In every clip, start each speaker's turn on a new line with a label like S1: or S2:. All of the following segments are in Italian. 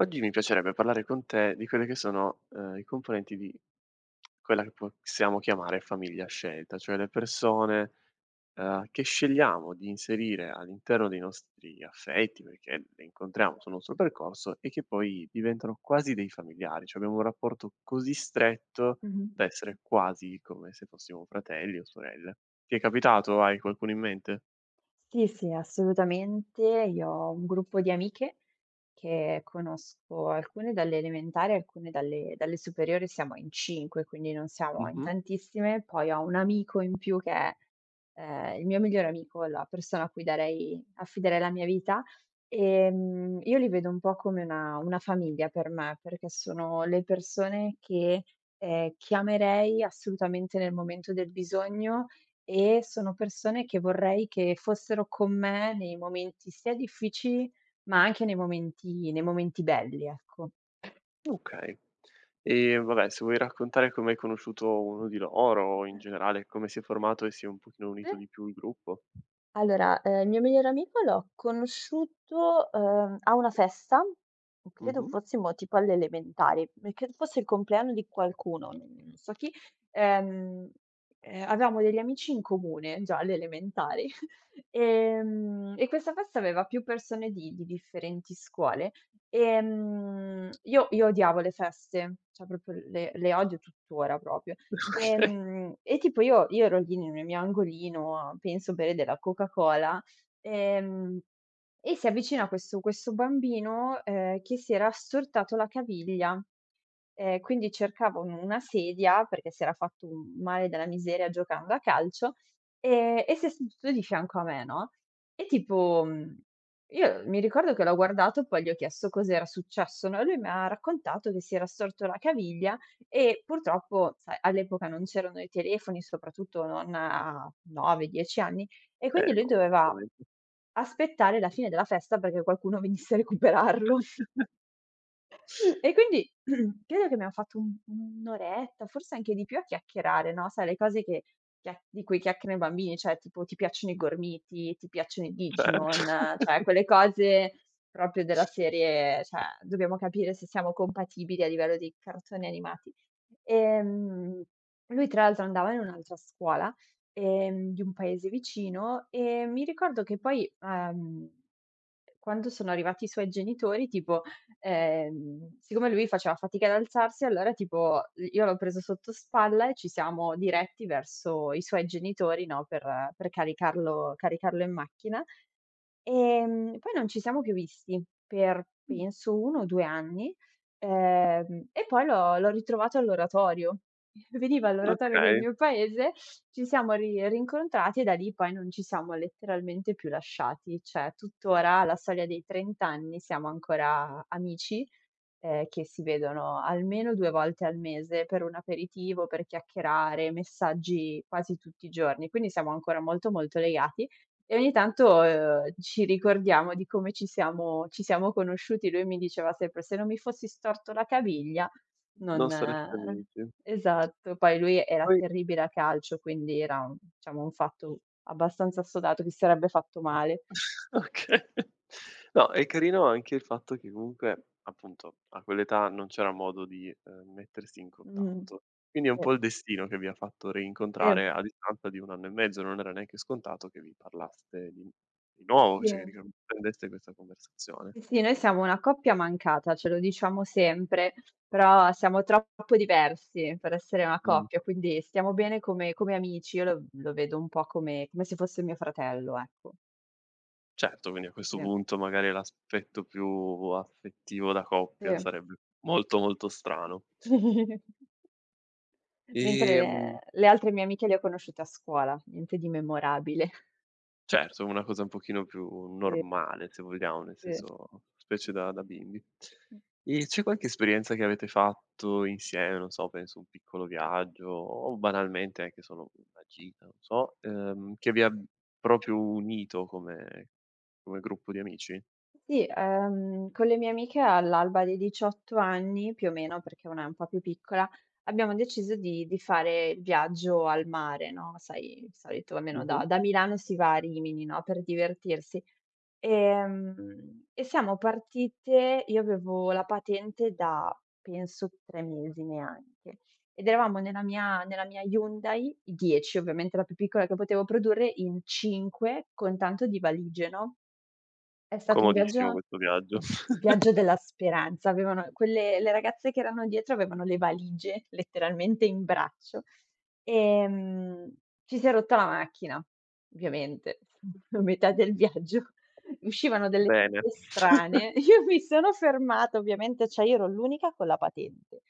S1: Oggi mi piacerebbe parlare con te di quelle che sono, i componenti di quella che possiamo chiamare famiglia a scelta, cioè le persone, che scegliamo di inserire all'interno dei nostri affetti, perché le incontriamo sul nostro percorso e che poi diventano quasi dei familiari, cioè abbiamo un rapporto così stretto
S2: Mh-mh.
S1: da essere quasi come se fossimo fratelli o sorelle. Ti è capitato? Hai qualcuno in mente?
S2: Sì, sì, assolutamente. Io ho un gruppo di amiche che conosco, alcune dalle elementari, alcune dalle superiori, siamo in 5, quindi non siamo in
S1: Mh-mh.
S2: tantissime. Poi ho un amico in più che è, il mio migliore amico, la persona a cui darei affiderei la mia vita. Io li vedo un po' come una famiglia per me, perché sono le persone che, chiamerei assolutamente nel momento del bisogno. E sono persone che vorrei che fossero con me nei momenti sia difficili, ma anche nei momenti belli, ecco.
S1: Okay. E vabbè, se vuoi raccontare come hai conosciuto uno di loro o in generale come si è formato e si è un pochino
S2: Te?
S1: unito di più il gruppo.
S2: Allora, il mio migliore amico l'ho conosciuto, a una festa, credo
S1: Mh-mh.
S2: fossimo tipo alle elementari, e credo fosse il compleanno di qualcuno, non so chi, ehm, avevamo degli amici in comune già alle elementari. E questa festa aveva più persone di differenti scuole, io odiavo le feste, cioè proprio le odio tuttora proprio.
S1: Okay.
S2: E tipo io ero lì nel mio angolino a penso bere della Coca-Cola, ehm, e si avvicina questo bambino, che si era assortato la caviglia, quindi cercava un una sedia perché si era fatto un male della miseria giocando a calcio, e si è seduto di fianco a me, no, e tipo, io mi ricordo che l'ho guardato, poi gli ho chiesto cos'era successo, no, e lui mi ha raccontato che si era storto la caviglia e purtroppo, sai, all'epoca non c'erano i telefoni, soprattutto non a 9, 10 anni, e
S1: Eh
S2: quindi lui
S1: no,
S2: doveva
S1: assolutamente.
S2: aspettare la fine della festa perché qualcuno venisse a recuperarlo. E quindi credo che abbiamo fatto un'oretta, forse anche di più a chiacchierare, no, sai le cose che chia di cui chiacchierano i bambini, cioè tipo: "Ti piacciono i gormiti? Ti piacciono i
S1: Certo.
S2: Digimon?" Cioè quelle cose proprio della serie, cioè dobbiamo capire se siamo compatibili a livello di cartoni animati. Ehm, Lui tra l'altro andava in un'altra scuola, di un paese vicino e mi ricordo che poi, quando sono arrivati i suoi genitori, tipo. Siccome lui faceva fatica ad alzarsi, allora tipo io l'ho preso sotto spalla e ci siamo diretti verso i suoi genitori, no, per caricarlo in macchina. Poi non ci siamo più visti per penso 1 o 2 anni, e poi l'ho ritrovato all'oratorio. Veniva all'oratorio del
S1: Okay,
S2: mio paese, ci siamo ri rincontrati e da lì poi non ci siamo letteralmente più lasciati, cioè tuttora alla soglia dei 30 anni siamo ancora amici, che si vedono almeno 2 volte al mese per un aperitivo, per chiacchierare, messaggi quasi tutti i giorni, quindi siamo ancora molto, molto legati e ogni tanto, ci ricordiamo di come ci siamo conosciuti. Lui mi diceva sempre: "Se non mi fossi storto la caviglia
S1: non
S2: non."
S1: sareste amici.
S2: Esatto, poi lui era
S1: Poi
S2: terribile a calcio, quindi era un, diciamo, un fatto abbastanza assodato, che si sarebbe fatto male.
S1: okay. No, è carino anche il fatto che comunque, appunto, a quell'età non c'era modo di, mettersi in
S2: Mh.
S1: contatto. Quindi è un
S2: Sì.
S1: po' il destino che vi ha fatto rincontrare
S2: Sì,
S1: a distanza di 1 anno e mezzo, non era neanche scontato che vi parlaste di nuovo,
S2: sì.
S1: cioè che riprendeste questa conversazione.
S2: Sì, sì, noi siamo una coppia mancata, ce lo diciamo sempre, però siamo troppo diversi per essere una
S1: Mh,
S2: coppia, quindi stiamo bene come amici. Io lo vedo un po' come se fosse mio fratello, ecco.
S1: certo, quindi a
S2: Sì,
S1: questo
S2: sì,
S1: punto magari l'aspetto più affettivo da coppia
S2: sì.
S1: sarebbe molto, molto strano.
S2: Mentre
S1: Ehm
S2: le altre mie amiche le ho conosciute a scuola, niente di memorabile.
S1: Certo, una cosa un pochino più normale, se vogliamo, nel senso, specie da bimbi.
S2: Sì.
S1: E c'è qualche esperienza che avete fatto insieme, non so, penso un piccolo viaggio o banalmente anche solo una gita, non so, che vi ha proprio unito come come gruppo di amici?
S2: Sì, con le mie amiche all'alba dei 18 anni, più o meno, perché una è un po' più piccola, abbiamo deciso di fare il viaggio al mare, no, sai, il solito almeno
S1: Mh-mh.
S2: da Milano si va a Rimini, no, per divertirsi. E siamo partite, io avevo la patente da, penso, 3 mesi neanche, ed eravamo nella mia Hyundai, 10 ovviamente la più piccola che potevo produrre, in 5 con tanto di valigie, no? È stato
S1: Comodissimo questo viaggio.
S2: un viaggio della speranza. Avevano quelle le ragazze che erano dietro avevano le valigie letteralmente in braccio. Ehm, Ci si è rotta la macchina, ovviamente, a metà del viaggio. Uscivano delle
S1: Bene.
S2: strane. Io mi sono fermata ovviamente, cioè io ero l'unica con la patente.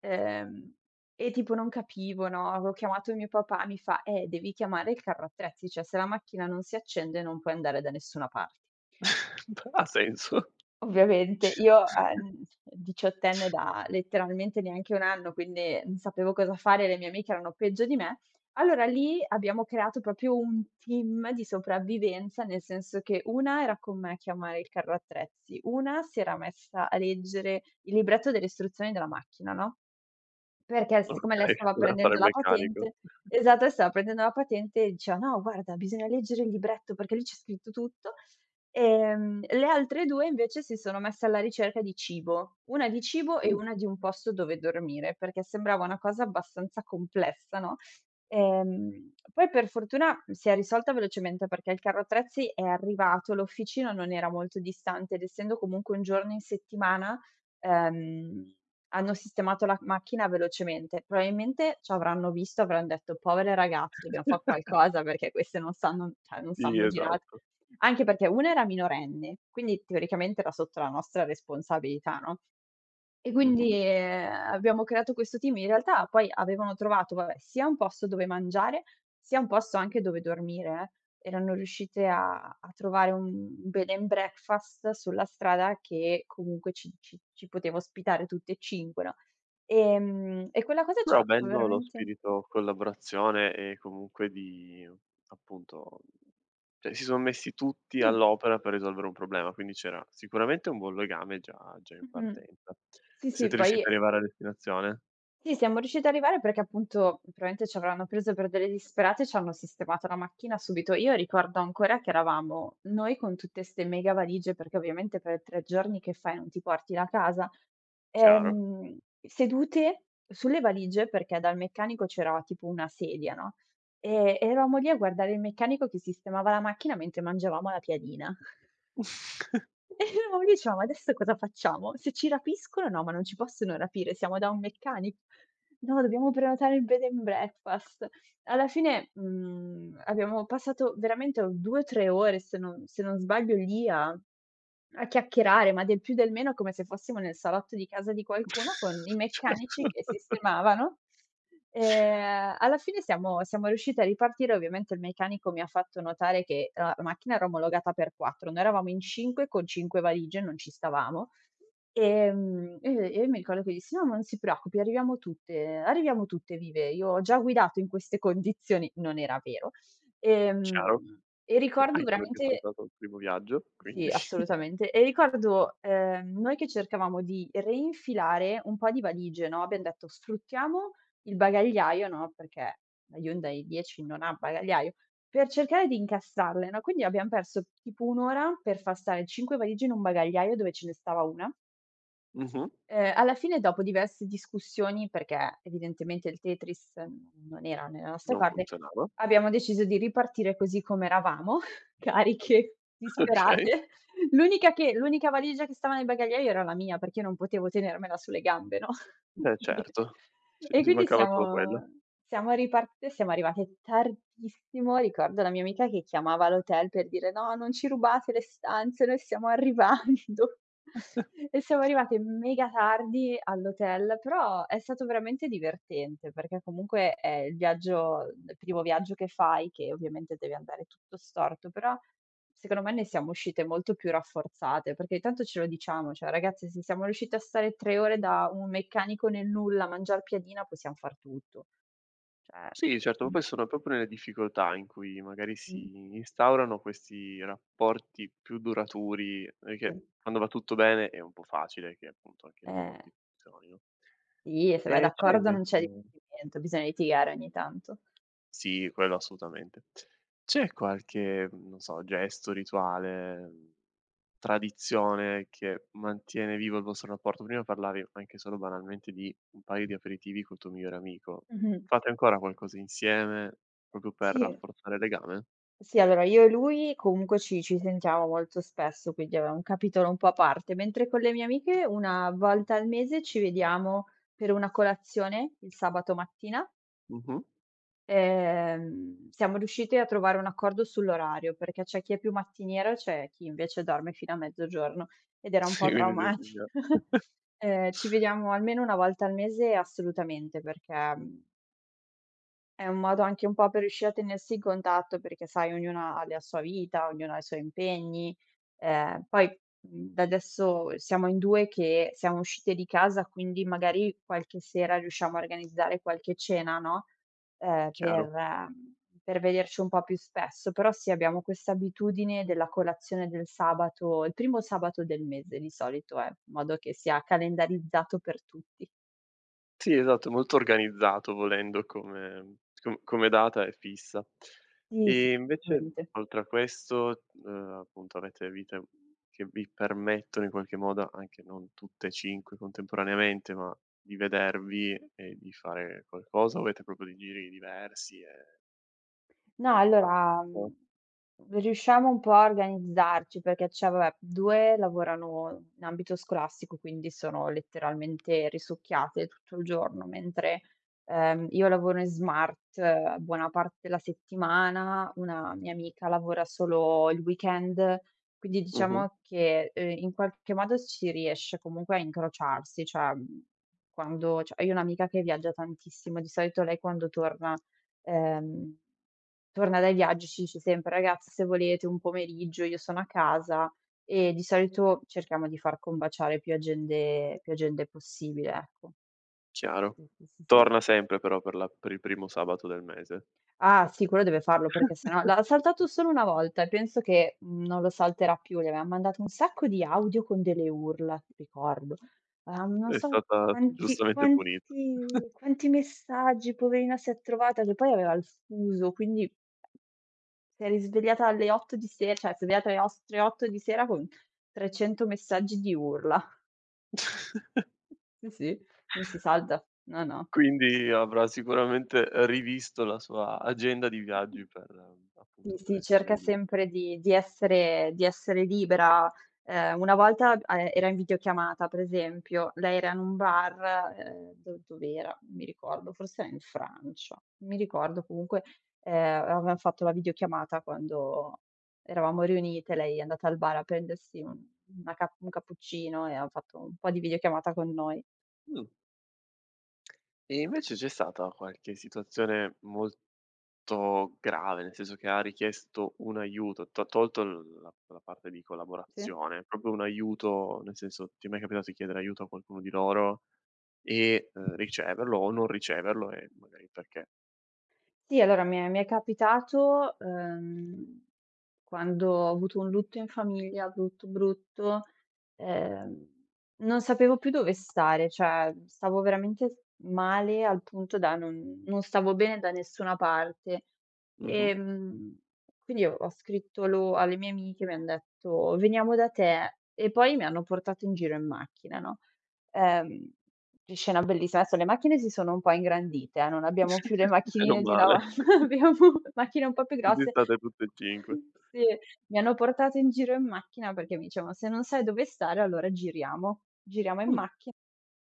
S2: Ehm, e tipo non capivo, no, avevo chiamato mio papà, mi fa: devi chiamare il carro attrezzi, cioè se la macchina non si accende non puoi andare da nessuna parte."
S1: Ha senso.
S2: Ovviamente io, diciottenne da letteralmente neanche 1 anno, quindi non sapevo cosa fare, le mie amiche erano peggio di me. Allora lì abbiamo creato proprio un team di sopravvivenza, nel senso che una era con me a chiamare il carro attrezzi, una si era messa a leggere il libretto delle istruzioni della macchina, no? Perché siccome lei
S1: Okay,
S2: stava
S1: voleva fare
S2: prendendo
S1: il
S2: la
S1: meccanico.
S2: patente. Esatto, lei stava prendendo la patente e diceva: "No, guarda, bisogna leggere il libretto perché lì c'è scritto tutto." Le altre 2 invece si sono messe alla ricerca di cibo, una di cibo e una di un posto dove dormire, perché sembrava una cosa abbastanza complessa, no, poi per fortuna si è risolta velocemente perché il carro attrezzi è arrivato, l'officina non era molto distante ed essendo comunque un giorno in settimana, ehm hanno sistemato la macchina velocemente. Probabilmente c'avranno visto, avran detto: "Povere ragazze, dobbiam fa' qualcosa perché queste non sanno, cioè non
S1: Sì,
S2: sanno girare."
S1: esatto.
S2: Anche perché una era minorenne, quindi teoricamente era sotto la nostra responsabilità, no, e quindi,
S1: Mh-mh.
S2: abbiamo creato questo team. In realtà poi avevano trovato, vabbè, sia un posto dove mangiare, sia un posto anche dove dormire, eh. Erano riuscite a trovare un bed and breakfast sulla strada che comunque ci poteva ospitare tutti e 5, no. E quella cosa
S1: Però
S2: c'ha
S1: bello lo
S2: veramente.
S1: spirito collaborazione e comunque di appunto cioè si sono messi tutti
S2: Sì,
S1: all'opera per risolvere un problema, quindi c'era sicuramente un buon legame già in
S2: mh-mh.
S1: partenza.
S2: Sì, sì,
S1: Siete
S2: poi.
S1: riusciti ad arrivare a destinazione?
S2: Sì, siamo riusciti ad arrivare perché appunto probabilmente ci avranno preso per delle disperate e ci hanno sistemato la macchina subito. Io ricordo ancora che eravamo noi con tutte 'ste mega valigie, perché ovviamente per 3 giorni che fai, non ti porti la casa,
S1: Chiaro.
S2: sedute sulle valigie perché dal meccanico c'era tipo una sedia, no, e eravamo lì a guardare il meccanico che sistemava la macchina mentre mangiavamo la piadina. E no, io dicevo: "Ma adesso cosa facciamo? Se ci rapiscono." "No, ma non ci possono rapire, siamo da un meccanico." "No, dobbiamo prenotare il bed and breakfast." Alla fine, abbiamo passato veramente 2 o 3 ore, se non sbaglio, lì a chiacchierare, ma del più del meno come se fossimo nel salotto di casa di qualcuno con i
S1: Certo,
S2: meccanici che sistemavano. Alla fine siamo riusciti a ripartire, ovviamente il meccanico mi ha fatto notare che la macchina era omologata per 4, noi eravamo in 5 con 5 valigie, non ci stavamo. E mi ricordo che gli dissi: "No, ma non si preoccupi, arriviamo tutte vive. Io ho già guidato in queste condizioni." Non era vero. Ehm,
S1: chiaro,
S2: e ricordo
S1: anche perché è
S2: veramente.
S1: stato il primo viaggio, quindi
S2: Sì, assolutamente. E ricordo, noi che cercavamo di reinfilare un po' di valigie, no, abbiam detto: "Sfruttiamo il bagagliaio", no, perché la Hyundai i10 non ha bagagliaio, per cercare di incastrarle, no, quindi abbiam perso tipo 1 ora per far stare 5 valigie in un bagagliaio dove ce ne stava 1.
S1: mh-mh,
S2: Alla fine dopo diverse discussioni, perché evidentemente il Tetris, non era nelle nostre
S1: non
S2: corde,
S1: funzionava.
S2: abbiamo deciso di ripartire così come eravamo, cariche,
S1: Okay,
S2: disperate. L'unica valigia che stava nel bagagliaio era la mia, perché io non potevo tenermela sulle gambe, no.
S1: beh
S2: Quindi-
S1: certo, ci
S2: e
S1: ci
S2: quindi
S1: mancava solo quello.
S2: siamo ripartite, siamo arrivate tardissimo. Ricordo la mia amica che chiamava l'hotel per dire: "No, non ci rubate le stanze, noi stiamo arrivando." E siamo arrivate mega tardi all'hotel, però è stato veramente divertente, perché comunque è il primo viaggio che fai, che ovviamente deve andare tutto storto, però secondo me ne siamo uscite molto più rafforzate, perché tanto ce lo diciamo, cioè: "Ragazzi, se siamo riuscite a stare 3 ore da un meccanico nel nulla a mangiar piadina, possiam far tutto." Cioè.
S1: Sì, certo, ma poi sono proprio nelle difficoltà in cui magari
S2: mh,
S1: si instaurano questi rapporti più duraturi,
S2: sì.
S1: perché quando va tutto bene è un po' facile che appunto anche i
S2: Eh,
S1: rapporti funzionino.
S2: sì, se vai
S1: E c'è
S2: d'accordo non
S1: invece
S2: c'è divertimento, bisogna litigare ogni tanto.
S1: sì, quello assolutamente. C'è qualche, non so, gesto, rituale, tradizione che mantiene vivo il vostro rapporto? Prima parlavi anche solo banalmente di un paio di aperitivi col tuo migliore amico.
S2: Mh-mh.
S1: Fate ancora qualcosa insieme proprio per
S2: Sì.
S1: rafforzare il legame?
S2: Sì, allora io e lui comunque ci sentiamo molto spesso, quindi aveva un capitolo un po' a parte, mentre con le mie amiche una volta al mese ci vediamo per una colazione il sabato mattina.
S1: Mh-mh.
S2: Siamo riusciti a trovare un accordo sull'orario, perché c'è chi è più mattiniero e c'è chi invece dorme fino a mezzogiorno ed era un
S1: Sì,
S2: po'
S1: quindi
S2: traumatico. Ci vediamo almeno una volta al mese assolutamente perché, mhmm è un modo anche un po' per riuscire a tenersi in contatto perché, sai, ognuna ha la sua vita, ognuno ha i suoi impegni. Poi, da adesso siamo in 2 che siamo uscite di casa, quindi magari qualche sera riusciamo a organizzare qualche cena, no, ehm, per
S1: chiaro.
S2: ehm, per vederci un po' più spesso. Però sì, abbiamo questa abitudine della colazione del sabato il primo sabato del mese di solito, in modo che sia calendarizzato per tutti.
S1: Sì, esatto, è molto organizzato volendo come come data è fissa.
S2: Sì, sì,
S1: E invece
S2: assolutamente.
S1: oltre a questo, appunto avete vite che vi permettono in qualche modo, anche non tutte e 5 contemporaneamente, ma di vedervi e di fare qualcosa o avete proprio dei giri diversi e
S2: No,
S1: appunto parte
S2: allora,
S1: questo
S2: riusciamo un po' a organizzarci perché cioè vabbè, 2 lavorano in ambito scolastico, quindi sono letteralmente risucchiate tutto il giorno, mentre, io lavoro in smart, buona parte della settimana, una mia amica lavora solo il weekend, quindi
S1: mh-mh,
S2: diciamo che, in qualche modo si riesce comunque a incrociarsi, cioè, quando cioè io ho un'amica che viaggia tantissimo, di solito lei quando torna, ehm torna dai viaggi ci dice sempre: "Ragazzi, se volete un pomeriggio io sono a casa", e di solito cerchiamo di far combaciare più agende possibile, ecco.
S1: chiaro.
S2: Sì, sì, sì, sì.
S1: Torna sempre però per la per il primo sabato del mese.
S2: Ah sì, quello deve farlo perché se no l'ha saltato solo una volta e penso che, non lo salterà più. Gli avevam mandato un sacco di audio con delle urla, ricordo. Avevamo non
S1: È
S2: so
S1: stata giustamente punita.
S2: quanti messaggi, poverina si è trovata che poi aveva il fuso, quindi. Si è risvegliata alle 8 di se cioè svegliata alle 8 di sera con 300 messaggi di urla. Sì, sì, non si salta. No, no.
S1: Quindi avrà sicuramente rivisto la sua agenda di viaggi per
S2: Sì,
S1: appunto, per
S2: sì,
S1: essere
S2: cerca
S1: lì.
S2: sempre di essere libera. Una volta, era in videochiamata, per esempio, lei era in un bar, do dov'era? Non mi ricordo, forse era in Francia, non mi ricordo comunque, avevam fatto la videochiamata quando eravamo riunite, lei è andata al bar a prendersi un una ca un cappuccino e ha fatto un po' di videochiamata con noi.
S1: Mh, e invece c'è stata qualche situazione molto grave, nel senso che ha richiesto un aiuto, to tolto l la la parte di
S2: Sì.
S1: collaborazione, proprio un aiuto, nel senso ti è mai capitato di chiedere aiuto a qualcuno di loro e, riceverlo o non riceverlo e magari perché?
S2: Sì, allora mi è capitato, quando ho avuto un lutto in famiglia, brutto, brutto, ehm, non sapevo più dove stare, cioè stavo veramente s male al punto da non stavo bene da nessuna parte.
S1: Mh-mh.
S2: Ehm, quindi ho scritto lo alle mie amiche, mi han detto: "Veniamo da te" e poi mi hanno portato in giro in macchina, no, ehm che scena bellissima. Adesso le macchine si sono un po' ingrandite, non abbiamo più le
S1: Meno
S2: macchinine di una
S1: male.
S2: volta, abbiamo macchine un po' più
S1: Così
S2: grosse.
S1: state tutte e 5.
S2: Sì, mi hanno portato in giro in macchina perché mi dicevano: "Se non sai dove stare allora giriamo, giriamo in
S1: Mh,
S2: macchina."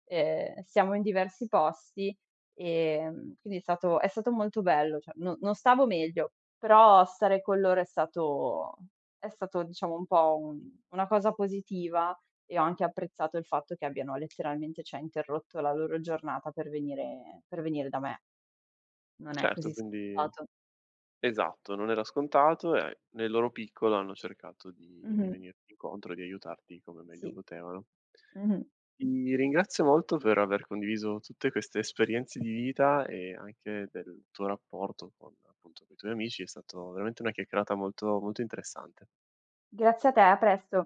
S2: Siamo in diversi posti, quindi è stato molto bello, cioè no, non stavo meglio, però stare con loro è stato diciamo un po' un una cosa positiva" e ho anche apprezzato il fatto che abbiano letteralmente, cioè, interrotto la loro giornata per venire da me. Non è
S1: certo,
S2: così
S1: quindi
S2: scontato.
S1: esatto, non era scontato e nel loro piccolo hanno cercato di
S2: Mh-mh.
S1: venirti incontro e di aiutarti come meglio
S2: Sì.
S1: potevano.
S2: Mh-mh.
S1: Ti ringrazio molto per aver condiviso tutte queste esperienze di vita e anche del tuo rapporto con, appunto, coi tuoi amici, è stato veramente una chiacchierata molto molto interessante.
S2: Grazie a te, a presto.